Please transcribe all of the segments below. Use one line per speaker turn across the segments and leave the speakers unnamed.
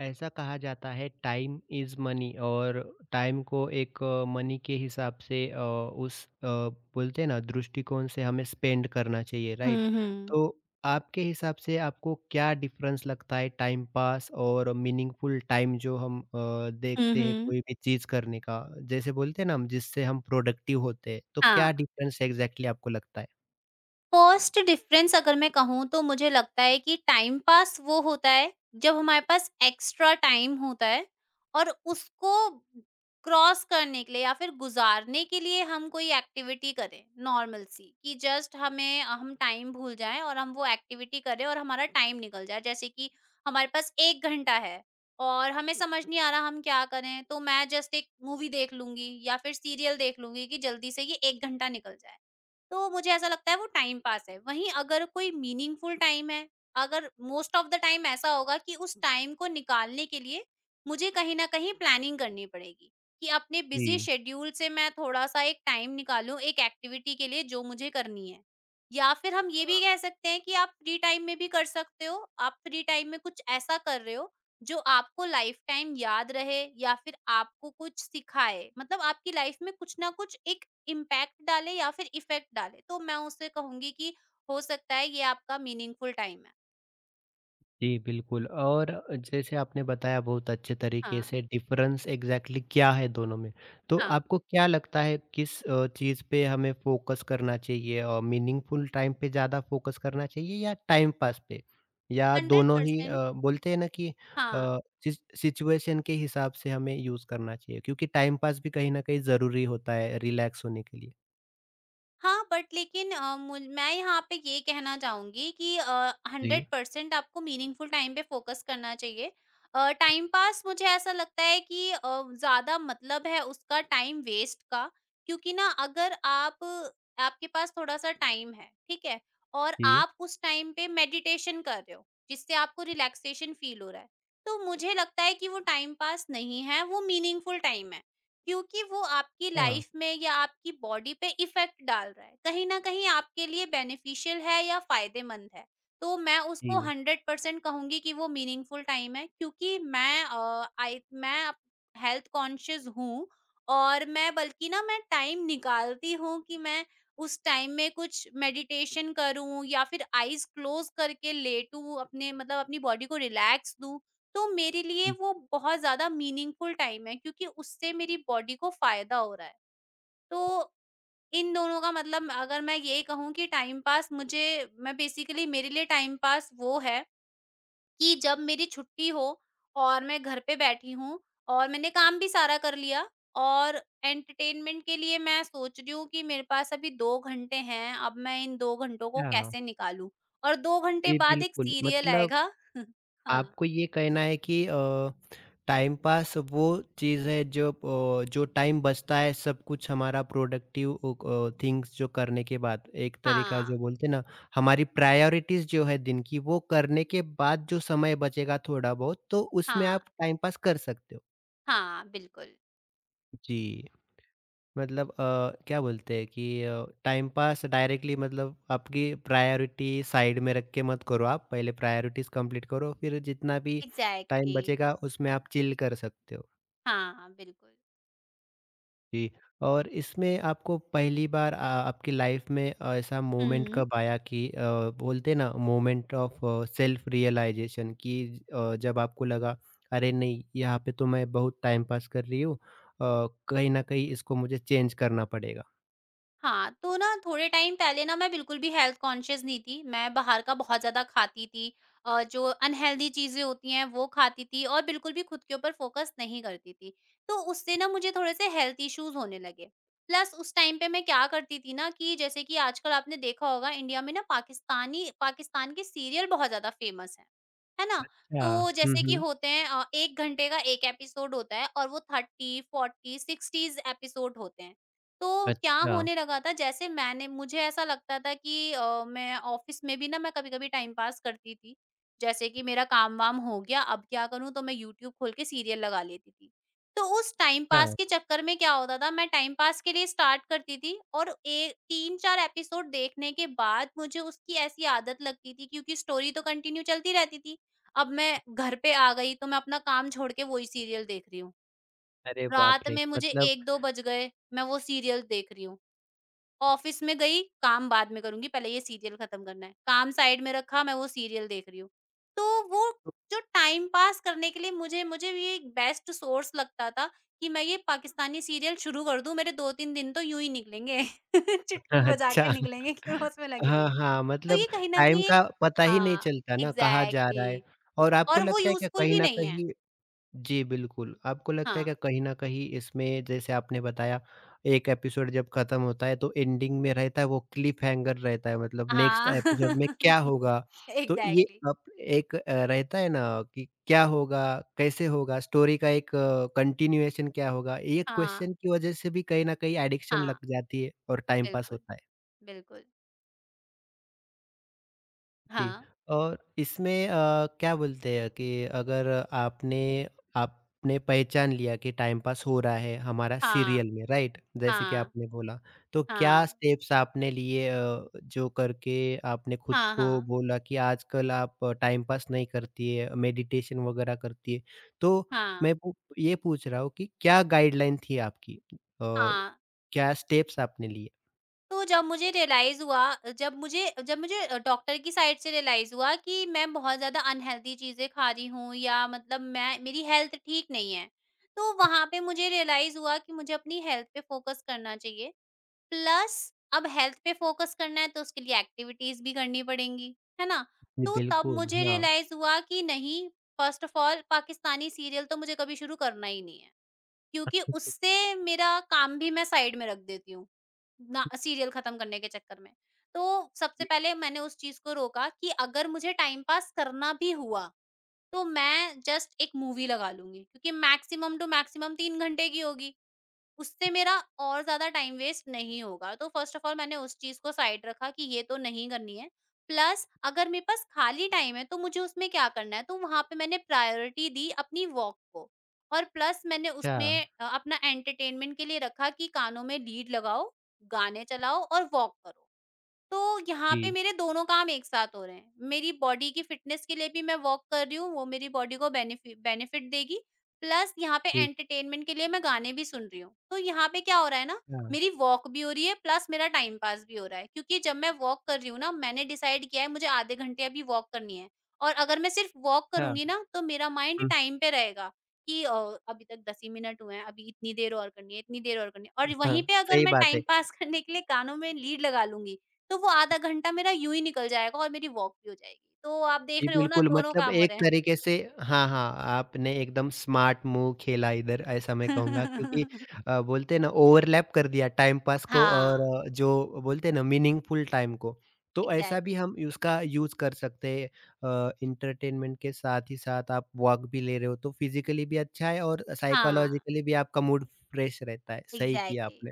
ऐसा कहा जाता है टाइम इज़ मनी। और टाइम को एक मनी के हिसाब से बोलते हैं ना दृष्टिकोण से हमें स्पेंड करना चाहिए, राइट?
हुँ, हुँ।
तो आपके हिसाब से आपको क्या डिफरेंस लगता है टाइम पास और मीनिंगफुल टाइम जो हम
हुँ,
देखते हैं
हुँ।
कोई भी चीज़ करने का। जैसे बोलते हैं ना, हम जिससे हम प्रोडक्टिव होते हैं, तो
हाँ,
क्या डिफरेंस एग्ज़ैक्टली आपको लगता है?
कॉस्ट डिफरेंस अगर मैं कहूँ तो मुझे लगता है कि टाइम पास वो होता है जब हमारे पास एक्स्ट्रा टाइम होता है और उसको क्रॉस करने के लिए या फिर गुजारने के लिए हम कोई एक्टिविटी करें नॉर्मल सी कि जस्ट हमें हम टाइम भूल जाएं और हम वो एक्टिविटी करें और हमारा टाइम निकल जाए। जैसे कि हमारे पास एक घंटा है और हमें समझ नहीं आ रहा हम क्या करें, तो मैं जस्ट एक मूवी देख लूंगी या फिर सीरियल देख लूंगी कि जल्दी से ये एक घंटा निकल जाए। तो मुझे ऐसा लगता है वो टाइम पास है। वहीं अगर कोई मीनिंगफुल टाइम है, अगर मोस्ट ऑफ द टाइम ऐसा होगा कि उस टाइम को निकालने के लिए मुझे कहीं न कहीं प्लानिंग करनी पड़ेगी, कि अपने बिज़ी
जी।
शेड्यूल से मैं थोड़ा-सा एक टाइम निकालूँ एक एक्टिविटी के लिए जो मुझे करनी है। या फिर हम ये भी कह सकते हैं कि आप फ्री टाइम में भी कर सकते हो, आप फ्री टाइम में कुछ ऐसा कर रहे हो जो आपको लाइफ टाइम याद रहे या फिर आपको कुछ सिखाए। मतलब आपकी लाइफ में कुछ ना कुछ एक इम्पैक्ट डाले या फिर इफेक्ट डाले, तो मैं उससे कहूंगी कि हो सकता है ये आपका मीनिंगफुल टाइम है।
जी, बिल्कुल। और जैसे आपने बताया बहुत अच्छे तरीके
हाँ।
से डिफरेंस एग्ज़ैक्टली क्या है दोनों में। तो
हाँ।
आपको क्या लगता है किस चीज़ पे हमें फ़ोकस करना चाहिए? मीनिंगफुल टाइम पे ज़्यादा फ़ोकस करना चाहिए या टाइम पास पे? या
हंड्रेड
दोनों ही
परसेंट।
बोलते हैं ना कि
हाँ।
अ, सिचुएशन के हिसाब से हमें यूज़ करना चाहिए, क्योंकि टाइम पास भी कहीं न कहीं ज़रूरी होता है रिलैक्स होने के लिए।
हाँ, बट लेकिन मुझ मैं यहाँ पे ये कहना चाहूँगी कि
जी,
100% आपको मीनिंगफुल टाइम पे फ़ोकस करना चाहिए। टाइम पास मुझे ऐसा लगता है कि ज़्यादा मतलब है उसका टाइम वेस्ट का, क्योंकि ना अगर आप आपके पास थोड़ा-सा टाइम है, ठीक है? और
जी।
आप उस टाइम पे मेडिटेशन कर रहे हो, जिससे आपको रिलैक्सेशन फ़ील हो रहा है, तो मुझे लगता है कि वो टाइम पास नहीं है, वो मीनिंगफुल टाइम है। क्योंकि वो आपकी
हाँ,
लाइफ में या आपकी बॉडी पे इफेक्ट डाल रहा है। कहीं न कहीं आपके लिए बेनिफिशियल है या फ़ायदेमंद है। तो मैं उसको
जी,
100% कहूँगी कि वो मीनिंगफुल टाइम है क्योंकि मैं अ, आई मैं हेल्थ कॉन्शियस हूँ और मैं बल्कि ना मैं टाइम निकालती हूँ कि मैं उस टाइम में कुछ मेडिटेशन करूँ या फिर आइज़ क्लोज़ करके लेटूँ, अपने मतलब अपनी बॉडी को रिलैक्स दूँ। तो मेरे लिए
जी,
वो बहुत ज़्यादा मीनिंगफुल टाइम है क्योंकि उससे मेरी बॉडी को फ़ायदा हो रहा है। तो इन दोनों का मतलब अगर मैं ये कहूँ कि टाइम पास मुझे मैं बेसिकली मेरे लिए टाइम पास वो है कि जब मेरी छुट्टी हो और मैं घर पे बैठी हूँ और मैंने काम भी सारा कर लिया और एंटरटेनमेंट के लिए मैं सोच रही हूँ कि मेरे पास अभी 2 घंटे हैं, अब मैं इन 2 घंटों को
हाँ।
कैसे निकालूँ? और 2 घंटे
जी,
बाद एक
बिल्कुल।
सीरियल
मतलब
आएगा। हाँ,
आपको ये कहना है कि टाइम पास वो चीज़ है जो जो टाइम बचता है सब कुछ हमारा प्रोडक्टिव थिंग्स जो करने के बाद, एक तरीका
हाँ,
जो बोलते हैं ना हमारी प्रायोरिटीज जो है दिन की वो करने के बाद जो समय बचेगा थोड़ा बहुत, तो उसमें
हाँ,
आप टाइम पास कर सकते हो।
हाँ, बिल्कुल।
जी, मतलब क्या बोलते हैं कि टाइम पास डायरेक्टली मतलब आपकी प्रायोरिटी साइड में रख के मत करो आप, पहले प्रायोरिटीज़ कंप्लीट करो, फिर जितना भी टाइम
एग्ज़ैक्टली।
बचेगा उसमें आप चिल कर सकते हो।
हाँ, बिल्कुल।
जी, और इसमें आपको पहली बार आपकी लाइफ में ऐसा मोमेंट
हुँ,
कब आया कि बोलते हैं ना मोमेंट ऑफ सेल्फ रियलाइज़ेशन कि जब आपको लगा अरे नहीं, यहाँ पे तो मैं बहुत टाइम पास कर रही हूँ, कहीं न कहीं इसको मुझे चेंज करना पड़ेगा।
हाँ, तो ना थोड़े टाइम पहले ना मैं बिल्कुल भी हेल्थ कॉन्शियस नहीं थी। मैं बाहर का बहुत ज़्यादा खाती थी। जो अनहेल्दी चीज़ें होती हैं वो खाती थी और बिल्कुल भी खुद के ऊपर फ़ोकस नहीं करती थी। तो उससे ना मुझे थोड़े से हेल्थ इश्यूज़ होने लगे। प्लस उस टाइम पे मैं क्या करती थी ना कि जैसे कि आजकल आपने देखा होगा इंडिया में ना पाकिस्तान के सीरियल बहुत ज़्यादा फ़ेमस हैं। है ना?
अच्छा,
तो
हुँ,
जैसे कि
हुँ।
होते हैं 1 घंटे का 1 एपिसोड होता है और वो 30, 40, 60 एपिसोड होते हैं। तो क्या
अच्छा,
होने लगा था, जैसे मैंने मुझे ऐसा लगता था कि मैं ऑफिस में भी ना मैं कभी-कभी टाइम पास करती थी। जैसे कि मेरा काम-वाम हो गया, अब क्या करूँ तो मैं यूट्यूब खोल के सीरियल लगा लेती थी। तो उस टाइम पास के
अच्छा।
चक्कर में क्या होता था, मैं टाइम पास के लिए स्टार्ट करती थी और ए 3-4 एपिसोड देखने के बाद मुझे उसकी ऐसी आदत लगती थी क्योंकि स्टोरी तो कंटिन्यू चलती रहती थी। अब मैं घर पे आ गई तो मैं अपना काम छोड़ के वही सीरियल देख रही हूँ।
अरे बाप
रात
रे!
में मुझे
मतलब
1-2 बज गए, मैं वो सीरियल देख रही हूँ। ऑफिस में गई, काम बाद में करूँगी, पहले ये सीरियल खत्म करना है। काम साइड में रखा, मैं वो सीरियल देख रही हूँ। तो वो जो टाइम पास करने के लिए मुझे मुझे ये एक बेस्ट सोर्स लगता था कि मैं ये पाकिस्तानी सीरियल शुरू कर दूँ, मेरे 2-3 दिन तो यूँ ही निकलेंगे, चुटकी बजा के
अच्छा।
निकलेंगे कि मैं उसमें लगी
हाँ,
रहूँगी।
हाँ,
तो
मतलब
ये कहीं न
टाइम
कहीं एक
का पता ही नहीं
हाँ,
चलता ना, कहाँ जा रहा है।
एग्ज़ैक्टली।
और आपको
और वो
लगता है क्या
यूज़फुल
कहीं
भी
न
नहीं है।
कहीं? जी, बिल्कुल। आपको लगता है
हाँ,
क्या कहीं न कहीं इसमें, जैसे आपने बताया, एक एपिसोड जब खत्म होता है तो एंडिंग में रहता है वो क्लिफ़हैंगर रहता है, मतलब नेक्स्ट
हाँ।
एपिसोड में क्या होगा? तो ये
एग्ज़ैक्टली।
अब एक रहता है ना कि क्या होगा, कैसे होगा, स्टोरी का एक कंटिन्यूएशन क्या होगा? ये
हाँ,
क्वेश्चन की वजह से भी कहीं न कहीं एडिक्शन
हाँ,
लग जाती है और टाइम पास
बिल्कुल,
होता है।
बिल्कुल।
जी,
हाँ।
और इसमें क्या बोलते हैं कि अगर आपने आपने पहचान लिया कि टाइम पास हो रहा है हमारा
हाँ,
सीरियल में, राइट? जैसे कि
हाँ,
आपने बोला, तो क्या
हाँ,
स्टेप्स आपने लिए जो करके आपने खुद
हाँ,
को
हाँ,
बोला कि आजकल आप टाइम पास नहीं करती है, मेडिटेशन वगैरह करती है। तो
हाँ,
मैं पू ये पूछ रहा हूँ कि क्या गाइडलाइन थी आपकी?
हाँ।
क्या स्टेप्स आपने लिए?
तो जब मुझे डॉक्टर की साइड से रियलाइज़ हुआ कि मैं बहुत ज़्यादा अनहेल्दी चीज़ें खा रही हूँ, या मतलब मैं मेरी हेल्थ ठीक नहीं है, तो वहाँ पे मुझे रियलाइज़ हुआ कि मुझे अपनी हेल्थ पे फ़ोकस करना चाहिए। प्लस अब हेल्थ पे फ़ोकस करना है तो उसके लिए एक्टिविटीज़ भी करनी पड़ेंगी, है ना?
जी,
तो तब
बिल्कुल,
मुझे
हाँ।
रियलाइज़ हुआ कि नहीं, first of all Pakistani serial तो मुझे कभी शुरू करना ही नहीं है। क्योंकि उससे मेरा काम भी मैं साइड में रख देती हूँ ना सीरियल खत्म करने के चक्कर में। तो सबसे पहले मैंने उस चीज़ को रोका कि अगर मुझे टाइम पास करना भी हुआ, तो मैं जस्ट एक मूवी लगा लूँगी क्योंकि मैक्सिमम टू मैक्सिमम 3 घंटे की होगी। उससे मेरा और ज़्यादा टाइम वेस्ट नहीं होगा। तो फर्स्ट ऑफ ऑल मैंने उस चीज़ को साइड रखा कि ये तो नहीं करनी है। प्लस अगर मेरे पास खाली टाइम है तो मुझे उसमें क्या करना है? तो वहाँ पे मैंने प्रायोरिटी दी अपनी वॉक को और प्लस मैंने उसमें
अच्छा,
अपना एंटरटेनमेंट के लिए रखा कि कानों में लीड लगाओ, गाने चलाओ और वॉक करो। तो यहाँ पे
जी,
मेरे दोनों काम एक साथ हो रहे हैं। मेरी बॉडी की फिटनेस के लिए भी मैं वॉक कर रही हूँ, वो मेरी बॉडी को बेनिफिट देगी, प्लस यहाँ पे
ठीक,
एंटरटेनमेंट के लिए मैं गाने भी सुन रही हूँ। तो यहाँ पे क्या हो रहा है ना,
हाँ,
मेरी वॉक भी हो रही है, प्लस मेरा टाइम पास भी हो रहा है क्योंकि जब मैं वॉक कर रही हूँ ना, मैंने डिसाइड किया है मुझे आधे घंटे अभी वॉक करनी है, और अगर मैं सिर्फ वॉक करूँगी
अच्छा।
ना, तो मेरा माइंड
हुँ,
टाइम पे रहेगा कि अभी तक 10 ही मिनट हुए हैं, अभी इतनी देर और करनी है, इतनी देर और करनी है। और
हाँ,
वहीं पे अगर
सही
मैं
बात
टाइम
है।
पास करने के लिए कानों में लीड लगा लूँगी, तो वो आधा घंटा मेरा यूँ ही निकल जाएगा और मेरी वॉक भी हो जाएगी। तो आप देख
जी,
रहे हो ना
बिल्कुल।
दोनों
मतलब
काम हो
एक
रहे हैं।
तरीके से, हाँ, हाँ, आपने एकदम स्मार्ट मूव खेला इधर, ऐसा मैं कहूँगा, क्योंकि बोलते हैं ना, ओवरलैप कर दिया टाइम पास को
हाँ,
और जो बोलते हैं ना मीनिंगफुल टाइम को। तो ऐसा
एग्ज़ैक्टली।
भी हम उसका यूज़ कर सकते हैं। एंटरटेनमेंट के साथ ही साथ आप वॉक भी ले रहे हो, तो फिज़िकली भी अच्छा है और
हाँ,
साइकोलॉजिकली भी आपका मूड फ्रेश रहता है। सही किया
एग्ज़ैक्टली।
आपने।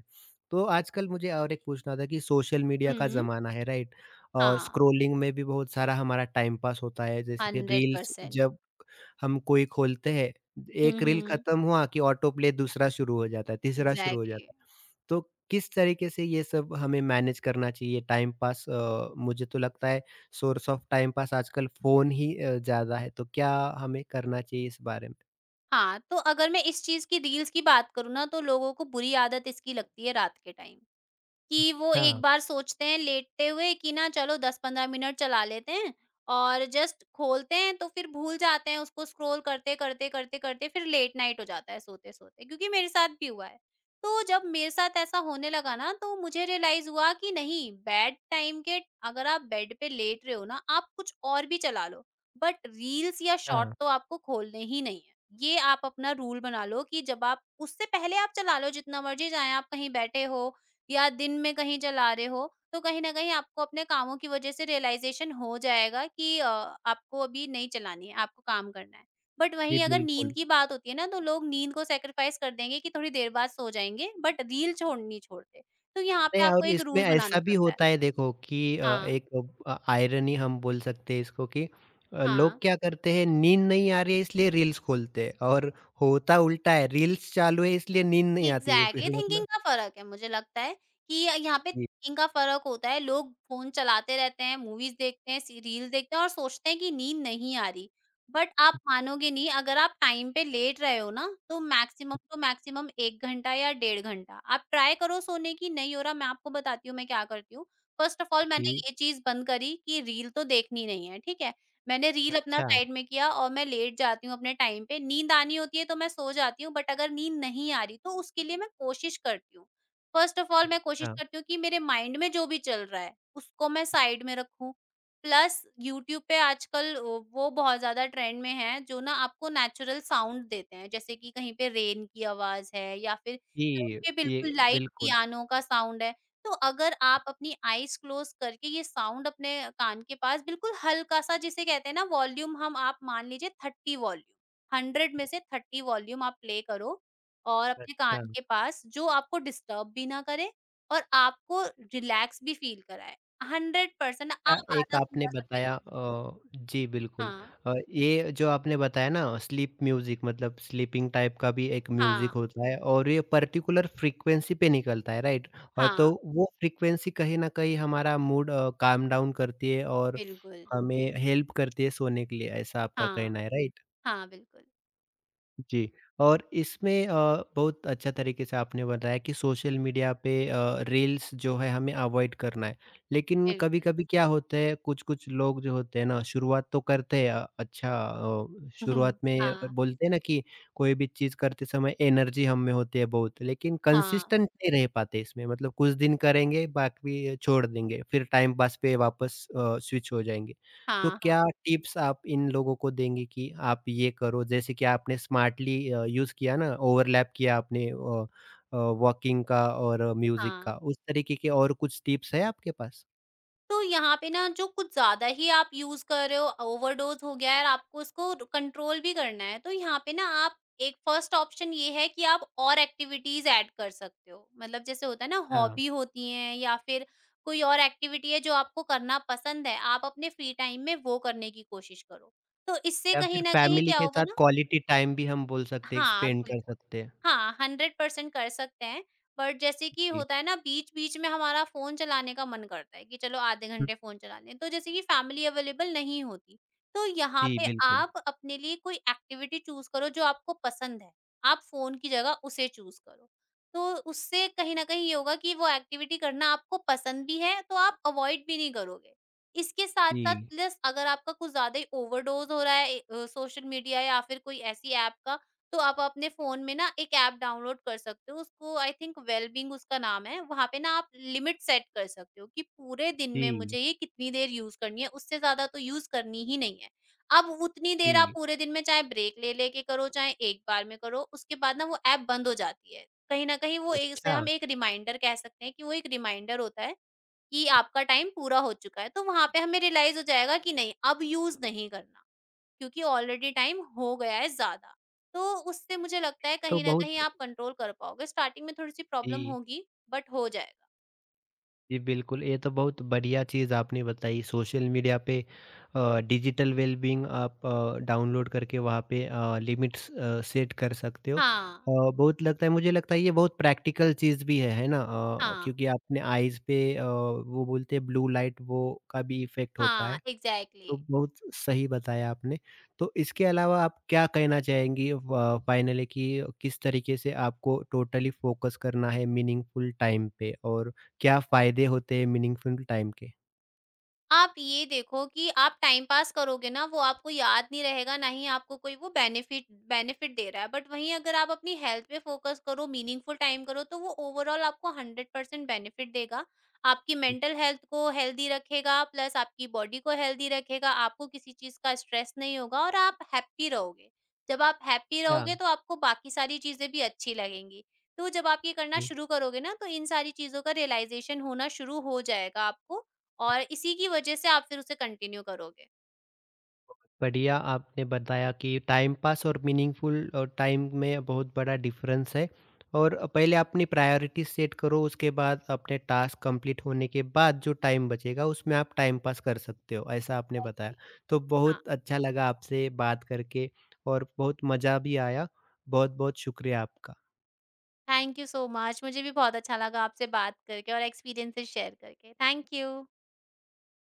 तो आजकल मुझे और एक पूछना था कि सोशल मीडिया का
हुँ,
ज़माना है, राइट? और
हाँ,
स्क्रॉलिंग में भी बहुत सारा हमारा टाइम पास होता है, जैसे कि रील्स।
100%।
जब हम कोई खोलते हैं,
हुँ,
एक रील
हुँ,
खत्म हुआ कि ऑटो प्ले दूसरा शुरू हो जाता है, तीसरा शुरू हो
एग्ज़ैक्टली।
जाता है। तो किस तरीके से ये सब हमें मैनेज करना चाहिए? टाइम पास मुझे तो लगता है सोर्स ऑफ टाइम पास आजकल फ़ोन ही ज़्यादा है, तो क्या हमें करना चाहिए इस बारे में?
हाँ, तो अगर मैं इस चीज़ की रील्स की बात करूँ ना, तो लोगों को बुरी आदत इसकी लगती है रात के टाइम। कि वो
अच्छा,
एक बार सोचते हैं लेटते हुए कि ना चलो 10-15 मिनट चला लेते हैं और जस्ट खोलते हैं, तो फिर भूल जाते हैं उसको। स्क्रॉल करते, करते, करते, करते फिर लेट नाइट हो जाता है सोते-सोते, क्योंकि मेरे साथ भी हुआ है। तो जब मेरे साथ ऐसा होने लगा ना तो मुझे रियलाइज़ हुआ कि नहीं, बेड टाइम के अगर आप बेड पे लेट रहे हो ना, आप कुछ और भी चला लो, बट रील्स या शॉर्ट
अच्छा।
तो आपको खोलने ही नहीं है। ये आप अपना रूल बना लो कि जब आप उससे पहले आप चला लो जितना मर्ज़ी, चाहे आप कहीं बैठे हो या दिन में कहीं चला रहे हो, तो कहीं न कहीं आपको अपने कामों की वज़ह से रियलाइज़ेशन हो जाएगा कि आपको अभी नहीं चलानी है, आपको काम करना है। बट
जी,
वहीं अगर नींद
बिल्कुल।
की बात होती है ना, तो लोग नींद को सैक्रिफ़ाइस कर देंगे कि थोड़ी देर बाद सो जाएँगे, बट रील छोड़ नहीं छोड़ते। तो यहाँ पे
नहीं,
आपको
और
एक
इसमें
रूल बनाना
ऐसा भी
पड़ता है।
होता है, देखो कि
हाँ,
एक आयरनी हम बोल सकते हैं इसको कि लोग
हाँ।
क्या करते हैं, नींद नहीं आ रही है इसलिए रील्स खोलते हैं, और होता उल्टा है, रील्स चालू है इसलिए नींद नहीं आती है,
एग्ज़ैक्टली,
फिर
थिंकिंग
मतलब।
का फ़र्क है मुझे लगता है कि यहाँ पे
जी,
थिंकिंग का फ़र्क होता है। लोग फ़ोन चलाते रहते हैं, मूवीज़ देखते हैं, सी रील देखते हैं और सोचते हैं कि नींद नहीं आ रही। बट आप मानोगे नहीं, अगर आप टाइम पे लेट रहे हो ना तो मैक्सिमम टू मैक्सिमम 1 घंटा या डेढ़ घंटा आप ट्राई करो सोने की, नहीं हो रहा, मैं आपको बताती हूँ मैं क्या करती हूँ। फ़र्स्ट ऑफ ऑल मैंने
जी,
ये चीज़ बंद करी कि रील तो देखनी नहीं है, ठीक है? मैंने रील अपना
अच्छा,
साइड में किया और मैं लेट जाती हूँ अपने टाइम पे, नींद आनी होती है तो मैं सो जाती हूँ बट अगर नींद नहीं आ रही तो उसके लिए मैं कोशिश करती हूँ। फर्स्ट ऑफ ऑल मैं कोशिश
अच्छा।
करती हूँ कि मेरे माइंड में जो भी चल रहा है, उसको मैं साइड में रखूँ। प्लस यूट्यूब पे आजकल वो बहुत ज़्यादा ट्रेंड में है जो ना आपको नेचुरल साउंड देते हैं, जैसे कि कहीं पे रेन की आवाज़ है या फिर कहीं
जी,
पे
ये
बिल्कुल लाइट
बिल्कुल,
पियानो का साउंड है। तो अगर आप अपनी आईज़ क्लोज़ करके ये साउंड अपने कान के पास बिल्कुल हल्का-सा जिसे कहते हैं ना वॉल्यूम हम आप मान लीजिए 30 वॉल्यूम, 100 में से 30 वॉल्यूम आप प्ले करो और अपने
अच्छा।
कान के पास जो आपको डिस्टर्ब भी ना करे और आपको रिलैक्स भी फ़ील कराए। 100% आप
अच्छा, एक
आधा
आपने
घंटा संगीत।
बताया, जी बिल्कुल।
हाँ,
ये जो आपने बताया ना स्लीप म्यूज़िक, मतलब स्लीपिंग टाइप का भी एक
हाँ,
म्यूज़िक होता है और ये पर्टिकुलर फ्रीक्वेंसी पे निकलता है, राइट? और
हाँ,
तो वो फ्रीक्वेंसी कहीं न कहीं हमारा मूड काम डाउन करती है और
बिल्कुल।
हमें हेल्प करती है सोने के लिए, ऐसा आपका
हाँ,
कहना है, राइट?
हाँ, बिल्कुल,
जी, और इसमें बहुत अच्छा तरीके से आपने बताया कि सोशल मीडिया पे रील्स जो है हमें अवॉइड करना है। लेकिन
बिल्कुल।
कभी-कभी क्या होता है, कुछ-कुछ लोग जो होते हैं ना शुरुआत तो करते हैं शुरुआत में
हाँ,
बोलते हैं ना कि कोई भी चीज़ करते समय एनर्जी हम में होती है बहुत, लेकिन
हाँ,
कंसिस्टेंट नहीं रह पाते इसमें, मतलब कुछ दिन करेंगे, बाकी छोड़ देंगे, फिर टाइम पास पे वापस स्विच हो जाएँगे। तो
हाँ, हाँ,
क्या टिप्स आप इन लोगों को देंगे कि आप ये करो? जैसे कि आपने स्मार्टली यूज़ किया ना, ओवरलैप किया आपने वॉकिंग का और म्यूज़िक का,
हाँ।
उस तरीके के और कुछ टिप्स है आपके पास?
तो यहाँ पे ना जो कुछ ज़्यादा ही आप यूज़ कर रहे हो, ओवरडोज़ हो गया है और आपको उसको कंट्रोल भी करना है, तो यहाँ पे ना आप एक फर्स्ट ऑप्शन ये है कि आप और एक्टिविटीज़ ऐड कर सकते हो। मतलब जैसे होता है ना
हाँ,
हॉबी होती हैं या फिर कोई और एक्टिविटी है जो आपको करना पसंद है, आप अपने फ्री टाइम में वो करने की कोशिश करो। तो इससे
या
कहीं
फिर
न कहीं
फैमिली
क्या
के
होगा
साथ
ना।
क्वालिटी टाइम भी हम बोल सकते हैं,
हाँ,
स्पेंड कर
बिल्कुल।
सकते हैं।
हाँ, 100% कर सकते हैं, बट जैसे कि
जी,
होता है ना बीच-बीच में हमारा फ़ोन चलाने का मन करता है कि चलो आधे
हुँ,
घंटे फ़ोन चला लें, तो जैसे कि फैमिली अवेलेबल नहीं होती, तो यहाँ
जी,
पे
बिल्कुल।
आप अपने लिए कोई एक्टिविटी चूज़ करो जो आपको पसंद है। आप फ़ोन की जगह उसे चूज़ करो, तो उससे कहीं न कहीं ये होगा कि वो एक्टिविटी करना आपको पसंद भी है, तो आप अवॉइड भी नहीं करोगे। इसके साथ-साथ
जी,
प्लस अगर आपका कुछ ज़्यादा ही ओवरडोज़ हो रहा है सोशल मीडिया या फिर कोई ऐसी ऐप का, तो आप अपने फ़ोन में ना एक ऐप डाउनलोड कर सकते हो, उसको आई थिंक वेलबींग उसका नाम है। वहाँ पे ना आप लिमिट सेट कर सकते हो कि पूरे दिन में
जी,
मुझे ये कितनी देर यूज़ करनी है, उससे ज़्यादा तो यूज़ करनी ही नहीं है। अब उतनी देर आप
जी।
पूरे दिन में चाहे ब्रेक ले लेके करो, चाहे एक बार में करो, उसके बाद ना वो ऐप बंद हो जाती है। कहीं न कहीं वो ए उसे
अच्छा,
हम एक रिमाइंडर कह सकते हैं कि वो एक रिमाइंडर होता है कि आपका टाइम पूरा हो चुका है। तो वहाँ पे हमें रियलाइज़ हो जाएगा कि नहीं, अब यूज़ नहीं करना। क्योंकि ऑलरेडी टाइम हो गया है ज़्यादा। तो उससे मुझे लगता है
तो
कहीं न
बहुत
कहीं आप कंट्रोल कर पाओगे। स्टार्टिंग में थोड़ी-सी प्रॉब्लम
जी।
होगी बट हो जाएगा।
जी, बिल्कुल, ये तो बहुत बढ़िया चीज़ आपने बताई सोशल मीडिया पे। डिजिटल वेलबीइंग आप डाउनलोड करके वहाँ पे लिमिट्स सेट कर सकते हो।
हाँ,
बहुत लगता है, मुझे लगता है ये बहुत प्रैक्टिकल चीज़ भी है ना?
हाँ,
क्योंकि आपने आइज़ पे वो बोलते हैं ब्लू लाइट, वो का भी इफ़ेक्ट होता
हाँ,
है।
एग्ज़ैक्टली।
तो बहुत सही बताया आपने। तो इसके अलावा आप क्या कहना चाहेंगी फ फाइनली कि किस तरीके से आपको टोटली फ़ोकस करना है मीनिंगफुल टाइम पे और क्या फ़ायदे होते हैं मीनिंगफुल टाइम के?
आप ये देखो कि आप टाइम पास करोगे ना, वो आपको याद नहीं रहेगा, ना ही आपको कोई वो बेनिफिट बेनिफिट दे रहा है। बट वहीं अगर आप अपनी हेल्थ पे फ़ोकस करो, मीनिंगफुल टाइम करो, तो वो ओवरऑल आपको 100% बेनिफिट देगा। आपकी मेंटल हेल्थ को हेल्दी रखेगा, प्लस आपकी बॉडी को हेल्दी रखेगा, आपको किसी चीज़ का स्ट्रेस नहीं होगा और आप हैप्पी रहोगे। जब आप हैप्पी
अच्छा।
रहोगे, तो आपको बाकी सारी चीज़ें भी अच्छी लगेंगी। तो जब आप ये करना शुरू करोगे ना, तो इन सारी चीज़ों का रियलाइज़ेशन होना शुरू हो जाएगा आपको और इसी की वजह से आप फिर उसे कंटिन्यू करोगे।
बढ़िया आपने बताया कि टाइम पास और मीनिंगफुल टाइम में बहुत बड़ा डिफरेंस है और पहले अपनी प्रायोरिटी सेट करो, उसके बाद अपने टास्क कंप्लीट होने के बाद जो टाइम बचेगा उसमें आप टाइम पास कर सकते हो, ऐसा आपने बताया।
एग्री।
तो
हाँ,
बहुत अच्छा लगा आपसे बात करके और बहुत मज़ा भी आया। बहुत बहुत शुक्रिया आपका।
थैंक यू सो मच, मुझे भी बहुत अच्छा लगा आपसे बात करके और एक्सपीरियंसेस शेयर करके। Thank you.